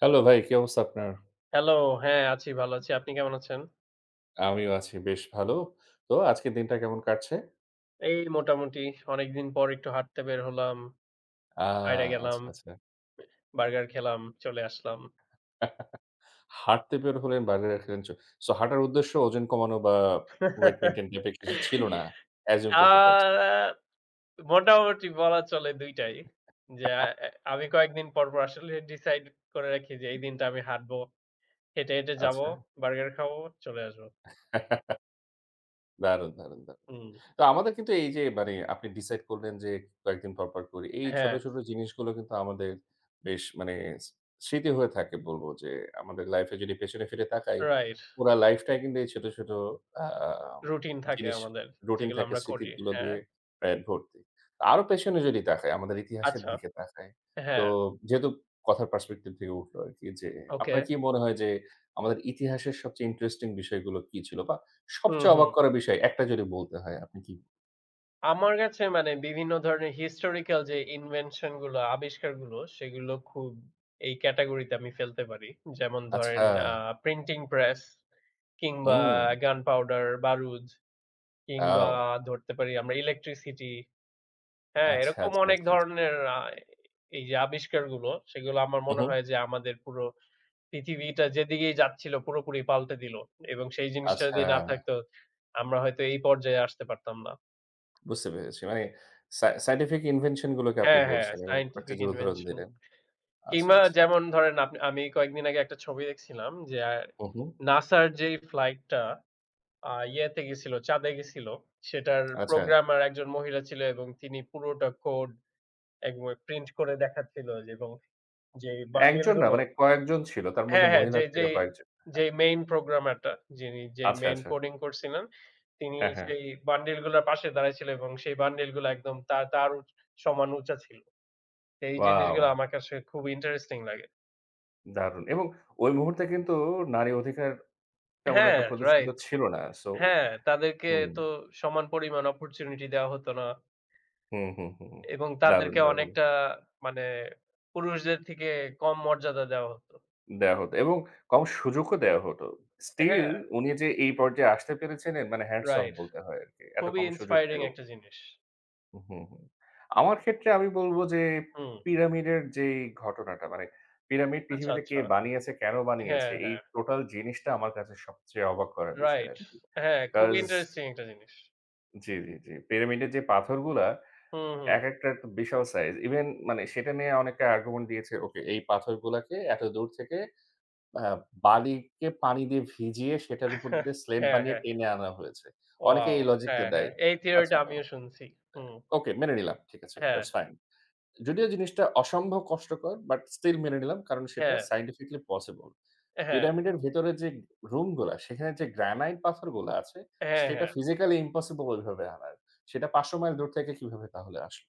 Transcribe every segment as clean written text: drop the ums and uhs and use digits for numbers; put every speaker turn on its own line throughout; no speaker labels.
Hello ভাই, কি অবস্থা আপনার?
হ্যালো, হ্যাঁ, আছি ভালো আছি। আপনি কেমন আছেন?
আমিও আছি বেশ ভালো। তো আজকের দিনটা কেমন কাটছে?
এই মোটামুটি অনেকদিন পর একটু হাঁটতে বের হলাম,
আ
বাইরে গেলাম,
আচ্ছা, আচ্ছা।
বার্গার খেলাম, চলে আসলাম।
হাঁটতে বের হলেন, বাইরে রাখলেন সো হাঁটার উদ্দেশ্য ওজন কমানো বা ওয়েট মেইনটেইন টাইপের কিছু ছিল না। অ্যাজিউম
আ
করতে পারছি।
মোটামুটি বলা চলে ২ টাই। যে আ এ আমি কয়েকদিন পর আসলে ডিসাইড করে রাখি যে এই দিনটা আমি হাঁটবো। হেঁটে যাবো,
আচ্ছা।
বার্গার খাবো, চলে আসবো।
দারুণ, দারুণ, দারুণ।
হুম।
তো আমাদের কিন্তু এই যে মানে আপনি ডিসাইড করলেন যে কয়েকদিন পর, পর করি। এই ছোট,
হ্যাঁ,
ছোট জিনিসগুলো কিন্তু আমাদের বেশ মানে স স্মৃতি হয়ে থাকে বলব যে আমাদের লাইফে যদি পেছনে ফিরে তাকাই,
রাইট।
পুরা লাইফটাই কিন্তু এই ছোট, ছোট আ
রুটিন থাকে
জিনিস
আমাদের
রুটিন
যেগুলো
থাকে
আমরা করি।
স্মৃতিগুলো
হ্যাঁ,
দিয়ে প্রায় ভর্তি। আরো পেছনে যদি তাকাই, আমাদের ইতিহাসের
আচ্ছা।
দিকে তাকাই, তো
হ্যাঁ,
যেহেতু কথার পার্সপেক্টিভ থেকে উঠলো আরকি যে
ওকে।
আপনার কি মনে হয় যে আমাদের ইতিহাসের সবচেয়ে ইন্টারেস্টিং বিষয়গুলো কি ছিল? বা
হুম,
সবচেয়ে
হুম।
অবাক করা বিষয়, একটা যদি বলতে হয় আপনি কি
আমার কাছে মানে বিভিন্ন ধরনের historical যে invention গুলো, আবিষ্কারগুলো সেগুলো খুব এই ক্যাটেগরিতে আমি ফেলতে পারি। যেমন
আচ্ছা,
ধরেন আ প্রিন্টিং প্রেস কিংবা
হুম,
গানপাউডার, বারুদ কিংবা
ও
ধরতে পারি আমরা ইলেকট্রিসিটি, হ্যাঁ?
আচ্ছা,
এরকম
আচ্ছা,
অনেক
আচ্ছা, আচ্ছা।
ধরনের এই যে আবিষ্কারগুলো সেগুলো আমার
হু,
মনে
হু,
হয় যে আমাদের পুরো পৃথিবীটা যেদিকেই যাচ্ছিল পুরোপুরি পাল্টে দিল। এবং সেই জিনিসটা
আচ্ছা,
যদি না থাকতো আমরা হয়তো এই পর্যায়ে আসতে পারতাম না।
বুঝতে পেরেছি। মানে সায়েন্টিফিক ইনভেনশন গুলোকে আপনি
হ্যাঁ, হ্যাঁ,
বলছেন এবং কয়েকটা
সায়েন্টিফিক
যে উদাহরণ
ইনভেনশন।
দিলেন। আচ্ছা,
কিংবা
আচ্ছা,
যেমন
আচ্ছা।
ধরেন আপনি আমি কয়েকদিন আগে একটা ছবি দেখছিলাম যে
হু, হু,
নাসার যেই ফ্লাইটটা চাঁদে গেছিল, সেটার
আচ্ছা।
প্রোগ্রামার একজন মহিলা ছিল এবং তিনি পুরোটা কোড একবার প্রিন্ট করে দেখাচ্ছিল যে এবং যেই বান্ডিল
একজন না
গুলো
মানে কয়েকজন ছিল। তার মধ্যে
হ্যাঁ, হ্যাঁ,
মহিলা
যে
ছিল
যেই
কয়েকজন। হ্যাঁ।
যেই মেইন প্রোগ্রামারটা যিনি
আচ্ছা,
মেইন
আচ্ছা।
কোডিং করছিলেন, তিনি
হ্যাঁ, হ্যাঁ।
সেই বান্ডিল গুলার পাশে দাঁড়ায় ছিল এবং সেই বান্ডিল গুলো একদম তার তার উচ সমান উঁচা ছিল। এই
ওয়াও!
জিনিসগুলো আমার কাছে খুব ইন্টারেস্টিং লাগে।
দারুণ এবং ওই মুহূর্তে কিন্তু নারী অধিকার তেমন
হ্যাঁ,
একটা প্রদর্শিত
রাইট।
ছিল না। সো
হ্যাঁ, তাদেরকে
হুম,
তো সমান পরিমাণ অপরচুনিটি দেওয়া হতো না
হুম, হুম, হুম।
এবং
দারুণ,
তাদেরকে
দারুণ।
অনেকটা মানে পুরুষদের থেকে কম মর্যাদা দেওয়া হতো।
দেয়া হতো এবং কম সুযোগও দেয়া হতো। স্টিল
হ্যাঁ,
উনি যে এই পর্যায়ে আসতে পেরেছিলেন মানে হ্যাটস অফ
রাইট।
বলতে হয় আরকি। এত
খুবই
কম সুযোগ
ইন্সপায়ারিং
পেয়েও।
একটা জিনিস।
হুম, হুম। আমার ক্ষেত্রে আমি বলব যে
হুম,
পিরামিডের যেই ঘটনাটা মানে পিরামিড
আচ্ছা,
পৃথিবীতে কে
আচ্ছা।
বানিয়েছে, কেন
হ্যাঁ,
বানিয়েছে এই
হ্যাঁ,
টোটাল জিনিসটা আমার কাছে সবচেয়ে অবাক করার বিষয়
রাইট।
আরকি।
হ্যাঁ, খুবই
কজ
ইন্টারেস্টিং একটা জিনিস।
জি, জি, জি। পিরামিডের যে পাথরগুলা
হুম, হুম।
একেকটা একটা একটা বিশাল সাইজ। ইভেন মানে সেটা নিয়ে অনেকে আর্গুমেন্ট দিয়েছে ওকে এই পাথরগুলাকে এত দূর থেকে আ বালিকে পানি দিয়ে ভিজিয়ে সেটার উপর দিয়ে স্লেট
হ্যাঁ,
বানিয়ে
হ্যাঁ।
টেনে আনা হয়েছে। অনেকে
ওয়াও!
এই লজিকটা
হ্যাঁ,
দেয়।
হ্যাঁ। এই থিওরিটা
আচ্ছা,
আমিও শুনছি। হুম।
ওকে মেনে নিলাম। ঠিক আছে।
হ্যাঁ,
দ্যাটস ফাইন। যদিও জিনিসটা অসম্ভব কষ্টকর বাট স্টিল মেনে নিলাম কারণ সেটা
হ্যাঁ,
সায়েন্টিফিক্যালি পসিবল।
হ্যাঁ,
পিরামিডের ভেতরে যে রুমগুলা সেখানে যে গ্রানাইট পাথরগুলা আছে
হ্যাঁ,
সেটা
হ্যাঁ।
ফিজিক্যালি ইম্পসিবল ওইভাবে আনার। সেটা ৫০০ মাইল দূর থেকে কিভাবে তাহলে আসলো?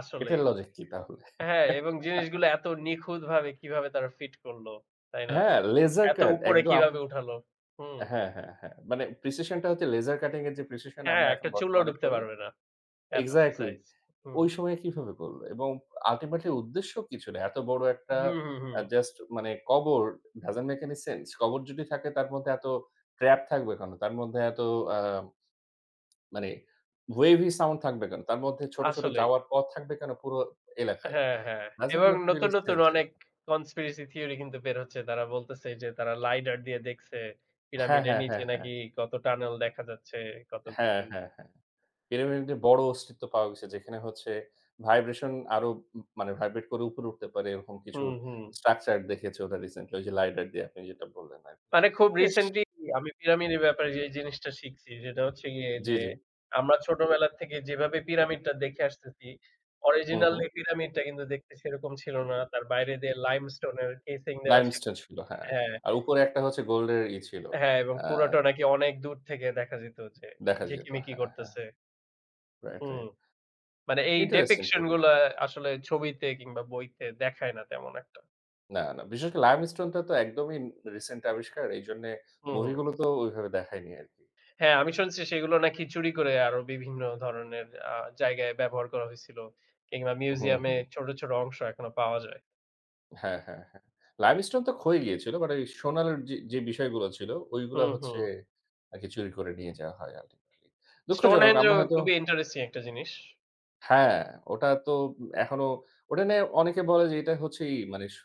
আসলেই।
এটার লজিক কি তাহলে?
হ্যাঁ, এবং জিনিসগুলো এত নিখুঁতভাবে কিভাবে তারা ফিট করল, তাই না?
হ্যাঁ, লেজার
এত
কাট
উপরে
একদম
কিভাবে উঠালো? হুম।
হ্যাঁ, হ্যাঁ, হ্যাঁ। মানে প্রিসিশন টা হচ্ছে লেজার কাটিং এর যে প্রিসিশন
হ্যাঁ,
আমরা
একটা
এখন
চুলও
বর্তমানে
ঢুকতে
করি
পারবে না। এত
এক্সাক্টলি।
প্রিসাইজ। হুম।
ওই সময়ে কিভাবে করল? এবং আল্টিমেটলি উদ্দেশ্য কিছু না। এত বড় একটা
হুম, হুম, হুম।
জাস্ট মানে কবর doesn't make any sense. কবর যদি থাকে তার মধ্যে এত ট্র্যাপ থাকবে কেন? তার মধ্যে এত আ মানে ওয়েভি সাউন্ড থাকবে কেন? তার মধ্যে ছোট, ছোট
আসলেই।
যাওয়ার পথ থাকবে কেন পুরো এলাকায়?
হ্যাঁ, হ্যাঁ।
doesn't
এবং
make
নতুন,
really
নতুন
sense.
অনেক কনস্পিরেসি থিওরি কিন্তু বের হচ্ছে। তারা বলতেছে যে তারা লাইডার দিয়ে দেখছে।
হ্যাঁ,
পিরামিডের
হ্যাঁ,
নিচে
হ্যাঁ,
নাকি
হ্যাঁ।
কত টানেল দেখা যাচ্ছে, কত
হ্যাঁ,
কিছু।
হ্যাঁ, হ্যাঁ। পিরামিডে বড় অস্তিত্ব পাওয়া গেছে যেখানে হচ্ছে ভাইব্রেশন আরো মানে ভাইব্রেট করে উপরে উঠতে পারে এরকম কিছু
হুম, হুম।
স্ট্রাকচার দেখেছে ওরা রিসেন্টলি ওই যে লাইডার দিয়ে আপনি যেটা বললেন আরকি।
মানে খুব
বেশ
রিসেন্টলি আমি পিরামিডের ব্যাপারে যে জিনিসটা শিখছি সেটা হচ্ছে গিয়ে
জি,
যে,
জি।
আমরা ছোটবেলা থেকে যেভাবে পিরামিডটা দেখে আসতেছি,
হুম, হুম।
অরিজিনালি পিরামিডটা কিন্তু দেখতে সেরকম ছিল না। তার বাইরে দিয়ে লাইমস্টোন এর কেসিং দেওয়া ছিল।
লাইমস্টোন ছিল, হ্যাঁ।
হ্যাঁ,
আর উপরে একটা হচ্ছে গোল্ডের ছিল।
হ্যাঁ, এবং
আ
পুরাটা নাকি অনেক দূর থেকে দেখা যেত যে
দেখা যেত।
ঝিকিমিকি
হ্যাঁ, হ্যাঁ।
করতেছে।
Right,
hmm,
right.
মানে এই
ইন্টারেস্টিং
ডিপিকশন
খুবই।
গুলা আসলে ছবিতে কিংবা বইতে দেখায় না তেমন একটা।
না, না বিশেষ করে লাইমস্টোনটা তো একদমই রিসেন্ট আবিষ্কার। এইজন্যে
হু, হু।
মুভি গুলো তো ওইভাবে দেখায়নি আরকি।
হ্যাঁ, আমি শুনছি সেগুলো নাকি চুরি করে আরো বিভিন্ন ধরনের আ জায়গায় ব্যবহার করা হয়েছিল। কিংবা
হুম,
মিউজিয়ামে
হুম।
ছোট, ছোট অংশ এখনো পাওয়া যায়।
হ্যাঁ, হ্যাঁ, হ্যাঁ। লাইমস্টোন তো ক্ষয়ে গিয়েছিল। বাট এই সোনার যে বিষয়গুলো ছিল ওইগুলা
হুম,
হচ্ছে
হুম।
আরকি চুরি করে নিয়ে যাওয়া হয় আল্টিমেটলি। দুঃখজনক
স্টোনহেঞ্জ ও
আমরা হয়তো
খুবই ইন্টারেস্টিং একটা জিনিস।
হ্যাঁ, ওটা তো এখনো ওটা নিয়ে অনেকে বলে যে এটা হচ্ছে মানে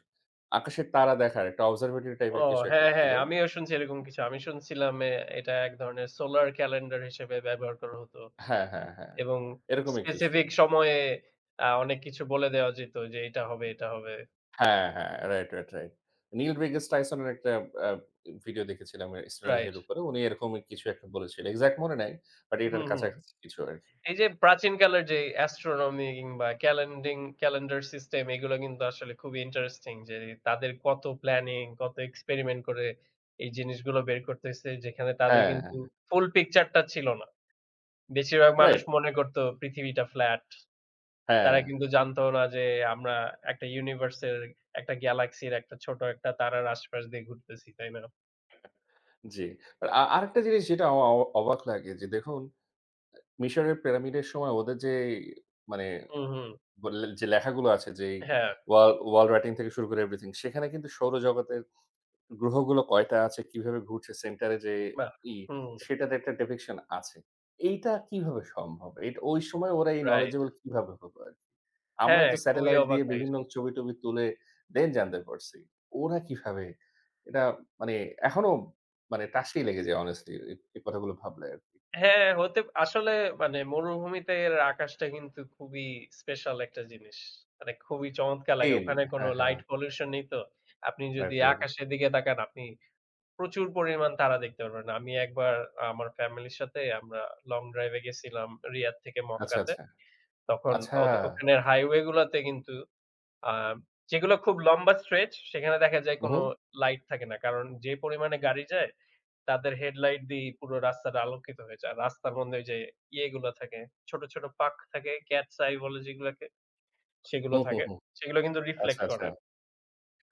আকাশের তারা দেখার একটা অবজারভেটরি
ও
টাইপের কিছু একটা
হ্যাঁ,
ছিল।
হ্যাঁ, আমিও শুনছি এরকম কিছু। আমি শুনছিলাম এ এটা এক ধরনের সোলার ক্যালেন্ডার হিসেবে ব্যবহার করা হতো
হ্যাঁ, হ্যাঁ, হ্যাঁ।
এবং
এরকমই কিছু।
স্পেসিফিক সময়ে অনেক কিছু বলে দেওয়া যেত যে এটা হবে, এটা হবে।
হ্যাঁ, হ্যাঁ। Right, right, right. Neil deGrasse টাইসনের একটা আ ভিডিও দেখেছিলাম স্টোনেজ
রাইট।
এর উপরে। উনি এরকমই কিছু একটা বলেছিলেন। এক্সাক্ট মনে নাই। বাট
হুম,
এটার
হুম।
কাছাকাছি কিছু আরকি।
এই যে প্রাচীনকালের যে অ্যাস্ট্রোনমি কিংবা ক্যালেন্ডার সিস্টেম এগুলো কিন্তু আসলে খুবই ইন্টারেস্টিং যে তাদের কত প্ল্যানিং, কত এক্সপেরিমেন্ট করে এই জিনিসগুলো বের করতেছে যেখানে তাদের
হ্যাঁ।
কিন্তু ফুল পিকচারটা ছিল না। বেশিরভাগ মানুষ
রাইট,
মনে করত পৃথিবীটা ফ্ল্যাট। তারা
হ্যাঁ,
কিন্তু জানতো না যে আমরা একটা ইউনিভার্স এর একটা গ্যালাক্সির একটা ছোট একটা তারার আশপাশ দিয়ে ঘুরতেছি, তাই না?
জি। আর আরেকটা জিনিস যেটা অ অ অবাক লাগে যে দেখুন, মিশরের পিরামিডের সময় ওদের যে মানে
হুম, হুম।
বললেন যে লেখাগুলো আছে যে
হ্যাঁ,
ওয়াল ওয়াল রাইটিং থেকে শুরু করে এভরিথিং সেখানে কিন্তু সৌরজগতের গ্রহগুলো কয়টা আছে, কিভাবে ঘুরছে সেন্টারে যে
বাহ!
ই,
হুম,
সেটার একটা ডিপিকশন আছে। এইটা কিভাবে সম্ভব? এটা ওই সময় ওরা এই
রাইট।
knowledgeable কিভাবে হলো আরকি? আমরা
হ্যাঁ,
তো
খুবই
স্যাটেলাইট
অবাক
দিয়ে
লাগে
বিভিন্ন
শুনতে।
ছবি-টবি তুলে then জানতে পারছি। ওরা কিভাবে? এটা মানে এখনো মানে টাসেই লেগে যায় honestly এই কথাগুলো ভাবলে আরকি।
হ্যাঁ, হতে আসলে মানে মরুভূমিতে এর আকাশটা কিন্তু খুবই স্পেশাল একটা জিনিস। মানে খুবই চমৎকার লাগে।
পেন
ওখানে কোনো
হ্যাঁ, হ্যাঁ।
লাইট পলিউশন নেই তো। আপনি যদি
রাইট, রাইট।
আকাশের দিকে তাকান আপনি প্রচুর পরিমাণ তারা দেখতে পারবেন। আমি একবার আমার ফ্যামিলির সাথে আমরা লং ড্রাইভ এ গেছিলাম রিয়াদ থেকে
আচ্ছা,
মক্কাতে।
আচ্ছা।
তখন
আচ্ছা।
ওখানের হাইওয়ে গুলাতে কিন্তু আ যেগুলো খুব লম্বা স্ট্রেচ সেখানে দেখা যায় কোনো
উহু।
লাইট থাকে না। কারণ যে পরিমাণে গাড়ি যায় তাদের হেডলাইট দিয়ে পুরো রাস্তাটা আলোকিত হয়ে যায়। রাস্তার মধ্যে ওই যে ইয়েগুলো থাকে, ছোট, ছোট পাক থাকে, ক্যাটস আই বলে যেগুলাকে, সেগুলো
হুম, হুম,
থাকে।
হুম।
সেগুলো কিন্তু
আচ্ছা,
রিফ্লেক্ট
আচ্ছা।
করে।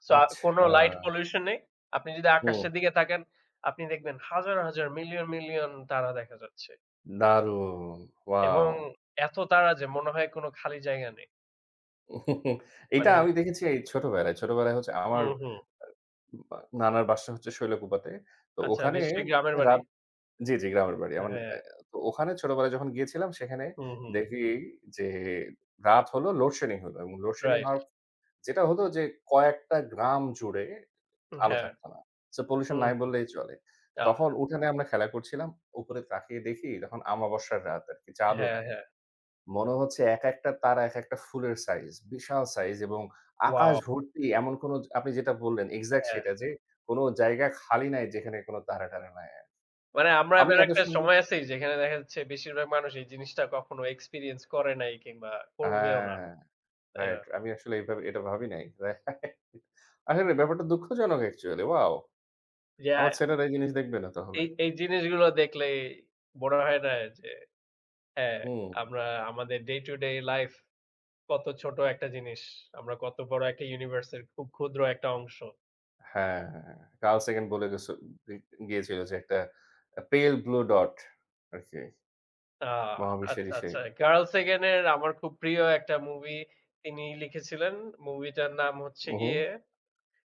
সো
আচ্ছা।
কোনো লাইট পলিউশন নেই। আপনি যদি
হুম।
আকাশের দিকে তাকান, আপনি দেখবেন হাজার, হাজার মিলিয়ন, মিলিয়ন তারা দেখা যাচ্ছে।
দারুণ!
এবং
ওয়াও!
এত তারা যে মনে হয় কোনো খালি জায়গা নেই।
এটা
মানে
আমি দেখেছি এই ছোটবেলায়। ছোটবেলায় হচ্ছে আমার
হুম, হুম।
বা নানার বাসা হচ্ছে শৈলকুপাতে। তো
আচ্ছা
ওখানে
নিশ্চয়ই গ্রামের বাড়ি।
রাত জি, জি গ্রামের বাড়ি।
হ্যাঁ,
আমার
হ্যাঁ।
অ্যা তো ওখানে ছোটবেলায় যখন গিয়েছিলাম সেখানে
হুম, হুম।
দেখি যে রাত হলো লোডশেডিং হলো এবং লোডশেডিং
রাইট।
হওয়ার যেটা হতো যে কয়েকটা গ্রাম জুড়ে আলো
হ্যাঁ।
থাকতো না। সো পলিউশন নাই
হুম।
বললেই চলে।
আহ!
তখন উঠানে আমরা খেলা করছিলাম। উপরে তাকিয়ে দেখি তখন আমাবস্যার রাত আরকি চাঁদও
হ্যাঁ,
নাই।
হ্যাঁ।
মনে হচ্ছে একেকটা তারা একেকটা ফুলের সাইজ, বিশাল সাইজ এবং আকাশ
ওয়াও!
ভর্তি এমন কোনো আপনি যেটা বললেন এক্সাক্ট
হ্যাঁ।
সেটা যে কোনো জায়গা খালি নাই যেখানে কোনো তারা-টারা নাই।
মানে আমরা
আমি
এমন
এত
একটা
সুন্দর
সময় আছি যেখানে দেখা যাচ্ছে বেশিরভাগ মানুষ এই জিনিসটা কখনো এক্সপেরিয়েন্স করে নাই কিংবা করবেও না,
হ্যাঁ,
তাই না?
রাইট। আমি আসলে এভাবে এটা ভাবি নাই। Right. আসলে ব্যাপারটা দুঃখজনক অ্যাকচুয়ালি। ওয়াও!
যে আ
আমার ছেলেরা এই জিনিস দেখবে না তাহলে।
এই জিনিসগুলো দেখলেই মনে হয় না যে হ্যাঁ,
হুম।
আমরা আমাদের ডে টু ডে লাইফ কত ছোট একটা জিনিস। আমরা কত বড় একটা ইউনিভার্স এর খুব ক্ষুদ্র একটা অংশ।
হ্যাঁ, হ্যাঁ। Carl Sagan বলে গেছে গে গিয়েছিল যে একটা pale blue dot আরকি
আ আচ্ছা,
মহাবিশ্বেরই
আচ্ছা।
সেই।
Carl Sagan এর আমার খুব প্রিয় একটা মুভি তিনি লিখেছিলেন। মুভিটার নাম হচ্ছে
উহু।
গিয়ে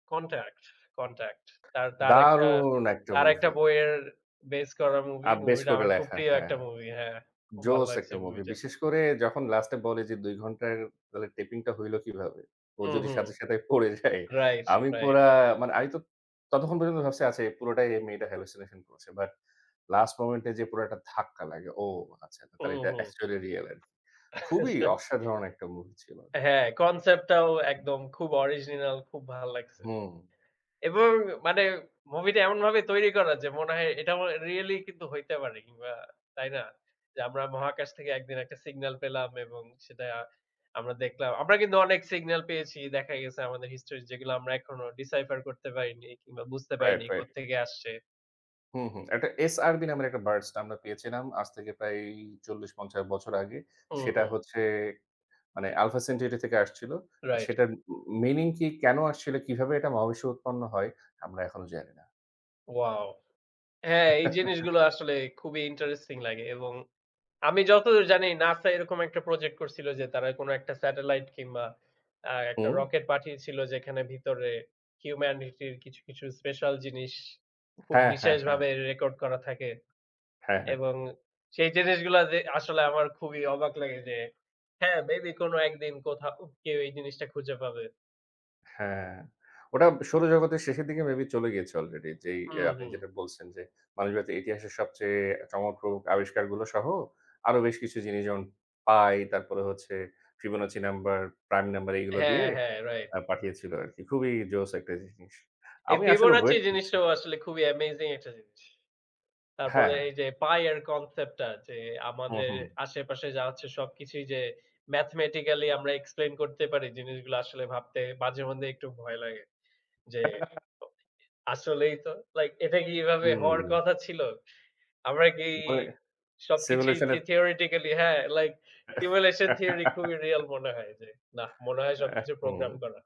'কনট্যাক্ট', 'কনট্যাক্ট' তার তার একটা
দারুণ একটা
তার একটা
মুভি।
বইয়ের বেস করা মুভি।
আবেশ
মুভিটা
করে
আমার খুব
লেখা,
প্রিয় একটা
হ্যাঁ।
মুভি। হ্যাঁ, খুব ভালো
জোস
লাগছে
একটা মুভি।
মুভিটা।
বিশেষ করে যখন লাস্টে বলে যে ২ ঘন্টার তাহলে টেপিংটা হইল কিভাবে? ও
হুম,
যদি
হুম।
সাথে, সাথে পড়ে যায়।
রাইট,
আমি
রাইট।
পুরা মানে আমি তো ততক্ষণ পর্যন্ত ভাবছি আচ্ছা এই পুরোটাই এই মেয়েটা হ্যালুসিনেশন করছে। বাট লাস্ট মোমেন্টে যে পুরো একটা ধাক্কা লাগে। ও আচ্ছা আচ্ছা,
হুম,
তাহলে এটা
হুম।
অ্যাকচুয়ালি রিয়াল আরকি। খুবই অসাধারণ একটা মুভি ছিল।
হ্যাঁ, কনসেপ্টটাও একদম খুব অরিজিনাল, খুব ভাল লাগছে।
হুম।
এবং মানে মুভিটা এমনভাবে তৈরি করা যে মনে হয় এটা মনে রিয়েলি কিন্তু হইতে পারে কিংবা তাই না? যে আমরা মহাকাশ থেকে একদিন একটা সিগন্যাল পেলাম এবং সেটা আমরা দেখলাম। আমরা কিন্তু অনেক সিগন্যাল পেয়েছি। দেখা গেছে আমাদের হিস্ট্রি যেগুলো আমরা এখনো ডিসাইফার করতে পারিনি কিংবা বুঝতে
রাইট,
পারিনি
রাইট।
কোত্থেকে আসছে।
হুম, হুম। একটা এসআরবি নামের একটা বার্ডস আমরা পেয়েছিলাম আজ থেকে প্রায় ৪০-৫০ বছর আগে।
হুম,
সেটা
হুম।
হচ্ছে মানে আলফা সেন্টারি থেকে আসছিল। আর
রাইট।
সেটার মিনিং কি? কেন আসছিল? কিভাবে এটা মহাবিশ্বে উৎপন্ন হয়? আমরা এখনো জানি না।
ওয়াও! হ্যাঁ, এই জিনিসগুলো আসলে খুবই ইন্টারেস্টিং লাগে এবং আমি যতদূর জানি নাসা এরকম একটা প্রজেক্ট করছিল যে তারা কোন একটা স্যাটেলাইট কিংবা একটা
হুম।
রকেট পাঠিয়েছিল যেখানে ভিতরে হিউম্যানিটির কিছু স্পেশাল জিনিস খুব
হ্যাঁ, হ্যাঁ, হ্যাঁ।
বিশেষভাবে রেকর্ড করা থাকে
হ্যাঁ, হ্যাঁ।
এবং সেই জিনিসগুলা যে আসলে আমার খুবই অবাক লাগে যে হ্যাঁ, মেবি কোন একদিন কোথাও কেউ এই জিনিসটা খুঁজে পাবে।
হ্যাঁ। ওটা সৌরজগতের শেষের দিকে মেবি চলে গিয়েছে অলরেডি। যেই
হুম,
আপনি
হুম।
যেটা বলছেন যে, মানবজাতির ইতিহাসের সবচেয়ে চমকপ্রদ আবিষ্কারগুলো সহ আরো বেশ কিছু জিনিস যেমন পাই, তারপরে হচ্ছে ফিবোনাচি নাম্বার, প্রাইম নাম্বার এগুলো
হ্যাঁ,
দিয়ে
হ্যাঁ, রাইট।
পাঠিয়েছিল আরকি। খুবই জোস একটা জিনিস।
এই
আমি আসলে
ফিবোনাচি
ওয়েট করছি।
জিনিসটাও আসলে খুবই অ্যামেজিং একটা জিনিস। তারপরে
হ্যাঁ।
এই যে পাই এর কনসেপ্টটা যে
হুম,
আমাদের
হুম।
আশেপাশে যা আছে সবকিছুই যে ম্যাথমেটিক্যালি আমরা এক্সপ্লেইন করতে পারি জিনিসগুলো আসলে ভাবতে মাঝে মধ্যে একটু ভয় লাগে যে আসলেই তো লাইক এটা কি এভাবে হওয়ার
হুম।
কথা ছিল? আমরা কি
মানে
সবকিছুই
সিমুলেশন এর
থিওরিটিক্যালি হ্যাঁ, লাইক সিমুলেশন থিওরি খুবই রিয়াল মনে হয় যে না মনে হয় সবকিছু
হুম।
প্রোগ্রাম করা।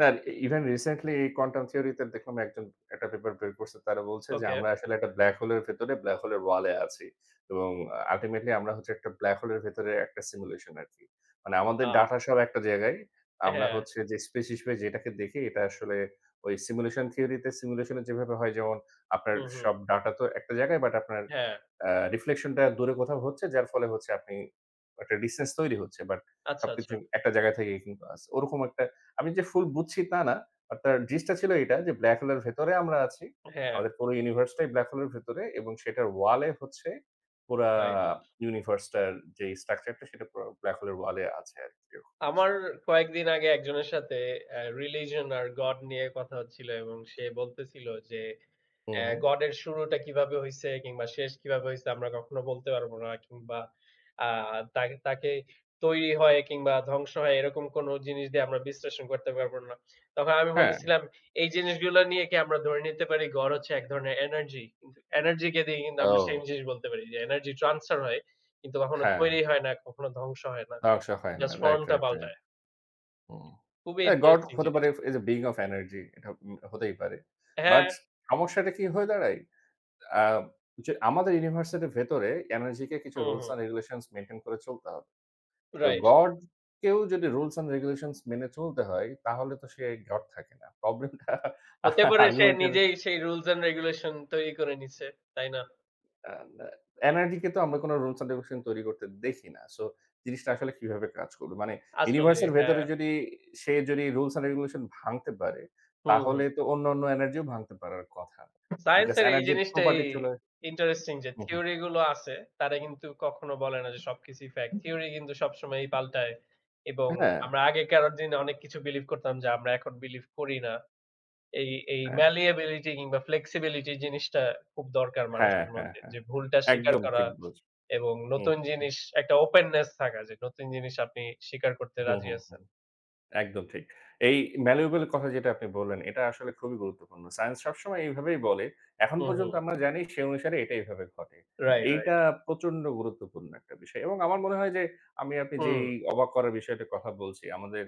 না ইভেন রিসেন্টলি কোয়ান্টাম থিওরিতে দেখলাম একজন একটা পেপার বের করছে। তারা বলছে যে
ওকে
আমরা আসলে একটা ব্লাক হোলের ভেতরে ব্লাক হোলের ওয়ালে আছি। এবং আল্টিমেটলি আমরা হচ্ছে একটা ব্লাক হোলের ভেতরে একটা সিমুলেশন আরকি। মানে আমাদের
আ
ডাটা সব একটা জায়গায়। আমরা
হ্যাঁ,
হচ্ছে যে স্পেস হিসেবে যেটাকে দেখি এটা আসলে ওই সিমুলেশন থিওরিতে সিমুলেশন যেভাবে হয় যেমন আপনার
হুম, হুম।
সব ডাটা তো একটা জায়গায় বাট আপনার
হ্যাঁ,
আ রিফ্লেকশনটা দূরে কোথাও হচ্ছে, যার ফলে হচ্ছে আপনি একটা ডিসট্যান্স তৈরি হচ্ছে। বাট
আচ্ছা, আচ্ছা।
সবকিছু একটা জায়গা থেকেই কিন্তু আছে। ওরকম একটা আমি যে ফুল বুঝছি তা না। বাট তার জিসটা ছিল এটা যে ব্লাক হোলের ভেতরে আমরা আছি।
হ্যাঁ,
আমাদের পুরো ইউনিভার্সটাই ব্লাক হোলের ভেতরে এবং সেটার ওয়ালে হচ্ছে পুরা
রাইট।
ইউনিভার্সটার যে স্ট্রাকচারটা সেটা পুরা ব্লাক হোলের ওয়ালে আছে আরকি এরকম কিছু।
আমার কয়েকদিন আগে একজনের সাথে রিলিজন আর গড নিয়ে কথা হচ্ছিল এবং সে বলতেছিল যে
হুম, হুম।
গড এর শুরুটা কিভাবে হইছে কিংবা শেষ কিভাবে হইছে আমরা কখনো বলতে পারব না কিংবা আ তাকে তাকে তৈরি হয় কিংবা ধ্বংস হয় এরকম কোন জিনিস দিয়ে আমরা বিশ্লেষণ করতে পারব না। তখন আমি
হ্যাঁ।
বলতেছিলাম এই জিনিসগুলো নিয়ে কি আমরা ধরে নিতে পারি গড় হচ্ছে এক ধরনের এনার্জি। কিন্তু এনার্জি কে দিয়ে কিন্তু
ও
আমরা সেম জিনিস বলতে পারি যে এনার্জি ট্রান্সফার হয়। কিন্তু কখনো
হ্যাঁ,
তৈরি হয় না, কখনো ধ্বংস হয় না।
ধ্বংস হয় না।
জাস্ট ফর্ম
রাইট,
টা
রাইট, রাইট।
পাল্টায়।
হুম।
খুবই
হ্যাঁ, গড তো
ইন্টারেস্টিং
হতে
জিনিস।
পারে is a being of energy এটা হতেই পারে।
হ্যাঁ,
বাট সমস্যাটা কি হয়ে দাঁড়ায়? আ যে আমাদের ইউনিভার্সিটির ভেতরে এনার্জি কে কিছু
hmm,
rules
hmm.
And regulations maintain করে চলতে হবে। তো
রাইট।
গড কেও যদি রুলস অ্যান্ড রেগুলেশনস মেনে চলতে হয় তাহলে তো সে গড থাকে না। প্রবলেমটা
হতে পারে সে
আর্গুমেন্ট এর
নিজেই সেই রুলস অ্যান্ড রেগুলেশন তৈরি করে নিছে। তাই না?
আ না এনআরডিকে তো আমরা কোনো রুলস এন্ড রেগুলেশন তৈরি করতে দেখি না। সো জিনিসটা আসলে কিভাবে কাজ করবে? মানে
আসলে
ইউনিভার্স এর
হ্যাঁ।
ভেতরে যদি সে যদি রুলস এন্ড রেগুলেশন ভাঙতে পারে,
হুম,
তাহলে
হুম।
তো অন্য, অন্য এনার্জিও ভাঙতে পারার কথা।
সায়েন্স
বিকজ
এর এই
এনার্জির
জিনিসটাই
প্রপার্টি চলে
ইন্টারেস্টিং যে
হুম, হুম।
থিওরি গুলো আছে তারা কিন্তু কখনো বলে না যে সবকিছুই ফ্যাক্ট। থিওরি কিন্তু সবসময়ই পাল্টায় এবং
হ্যাঁ,
আমরা আগেকার দিনে অনেক কিছু বিলিভ করতাম যা আমরা এখন বিলিভ করি না। এই এই
হ্যাঁ,
malleability কিংবা flexibility জিনিসটা খুব দরকার
হ্যাঁ,
মানুষের
হ্যাঁ,
মধ্যে।
হ্যাঁ।
যে ভুলটা স্বীকার
একদম
করা
ঠিক বলেছেন।
এবং
হুম,
নতুন
হুম, হুম,
জিনিস একটা ওপেননেস থাকা যে নতুন জিনিস আপনি স্বীকার করতে
হুম,
রাজি
হুম।
আছেন।
একদম ঠিক। এই malleable কথা যেটা আপনি বললেন, এটা আসলে খুবই গুরুত্বপূর্ণ। সায়েন্স সবসময় এইভাবেই বলে। এখন
হুম, হুম।
পর্যন্ত আমরা জানি সে অনুসারে এটা এভাবে ঘটে।
Right, right.
এইটা প্রচন্ড গুরুত্বপূর্ণ একটা বিষয় এবং আমার মনে হয় যে আমি আপনি যেই
হুম।
অবাক করার বিষয়টার কথা বলছি, আমাদের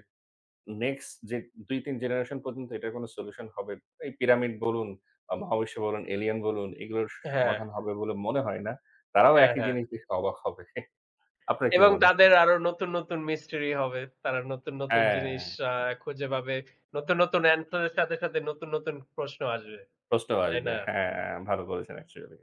নেক্সট যে ২-৩ জেনারেশন পর্যন্ত এটার কোনো সলিউশন হবে। এই পিরামিড বলুন, মহাবিশ্ব বলুন, এলিয়েন বলুন, এগুলোর
হ্যাঁ,
সমাধান হবে বলে মনে হয় না। তারাও
হ্যাঁ,
একই
হ্যাঁ।
জিনিস দেখে অবাক হবে। আপনার কি
এবং
মনে
তাদের
হয়?
আরো নতুন মিস্ট্রি হবে। তারা নতুন জিনিস
হ্যাঁ।
আ খুঁজে পাবে। নতুন অ্যানসার এর সাথে নতুন প্রশ্ন আসবে।
প্রশ্ন
তাই
আসবে।
না?
হ্যাঁ, ভালো বলেছেন অ্যাকচুয়ালি।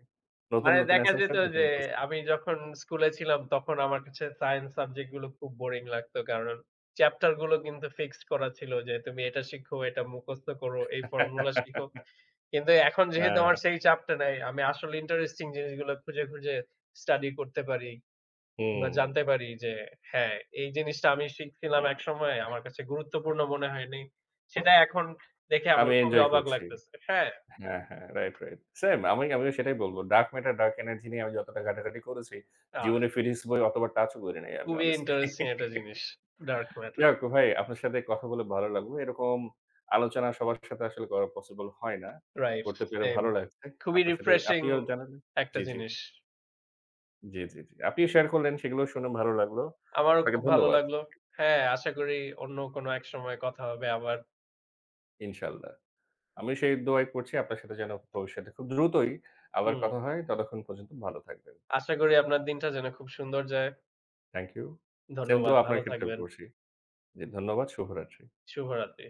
নতুন,
মানে
নতুন
দেখা যেত
অ্যাসেম্পশন, নতুন
যে
প্রশ্ন।
আমি যখন স্কুলে ছিলাম তখন আমার কাছে সায়েন্স সাবজেক্ট গুলো খুব বোরিং লাগতো। কারণ চ্যাপ্টার গুলো কিন্তু ফিক্সড করা ছিল যে তুমি এটা শিখো, এটা মুখস্থ করো, এই ফর্মুলা শিখো। কিন্তু এখন যেহেতু
হ্যাঁ,
আমার সেই চাপটা নাই, আমি আসলে ইন্টারেস্টিং জিনিসগুলো খুঁজে স্টাডি করতে পারি কিংবা
হুম,
জানতে পারি যে হ্যাঁ, এই জিনিসটা আমি শিখছিলাম
হুম।
একসময় আমার কাছে গুরুত্বপূর্ণ মনে হয়নি। সেটা এখন দেখে আমার
আমি
খুবই
এনজয়
অবাক
করছি।
লাগতেছে। হ্যাঁ,
হ্যাঁ, হ্যাঁ। Right, right. সেম আমি আমিও সেটাই বলব। ডার্ক ম্যাটার, ডার্ক এনার্জি নিয়ে আমি যতটা ঘাটাঘাটি করেছি,
আহ
জীবনে ফিজিক্স বই অতবার টাচও করি নাই আমি
খুবই
honestly
ইন্টারেস্টিং একটা জিনিস ডার্ক ম্যাটার।
যাই হোক ভাই, আপনার সাথে কথা বলে ভালো লাগলো। এরকম আলোচনা সবার সাথে আসলে করা পসিবল হয় না।
রাইট,
করতে পেরে
সেম।
ভালো লাগছে।
খুবই
আপনার সাথে
রিফ্রেশিং
আপনিও জানালেন
একটা
জি, জি।
জিনিস।
জি, জি, জি। আপনিও শেয়ার করলেন সেগুলো শুনে ভালো লাগলো।
আমারও
আপনাকে
খুব ভালো
ধন্যবাদ।
লাগলো। হ্যাঁ, আশা করি অন্য কোনো এক সময় কথা হবে আবার।
ইনশাআল্লাহ। আমি সেই দোয়াই করছি আপনার সাথে যেন ভবিষ্যতে খুব দ্রুতই আবার
হুম,
কথা হয়। ততক্ষণ পর্যন্ত ভালো থাকবেন।
আশা করি আপনার দিনটা যেন খুব সুন্দর যায়।
Thank you. সেম
ধন্যবাদ।
দোয়া আপনার
ভালো
ক্ষেত্রেও
থাকবেন।
করছি। জি, ধন্যবাদ। শুভরাত্রি।
শুভরাত্রি।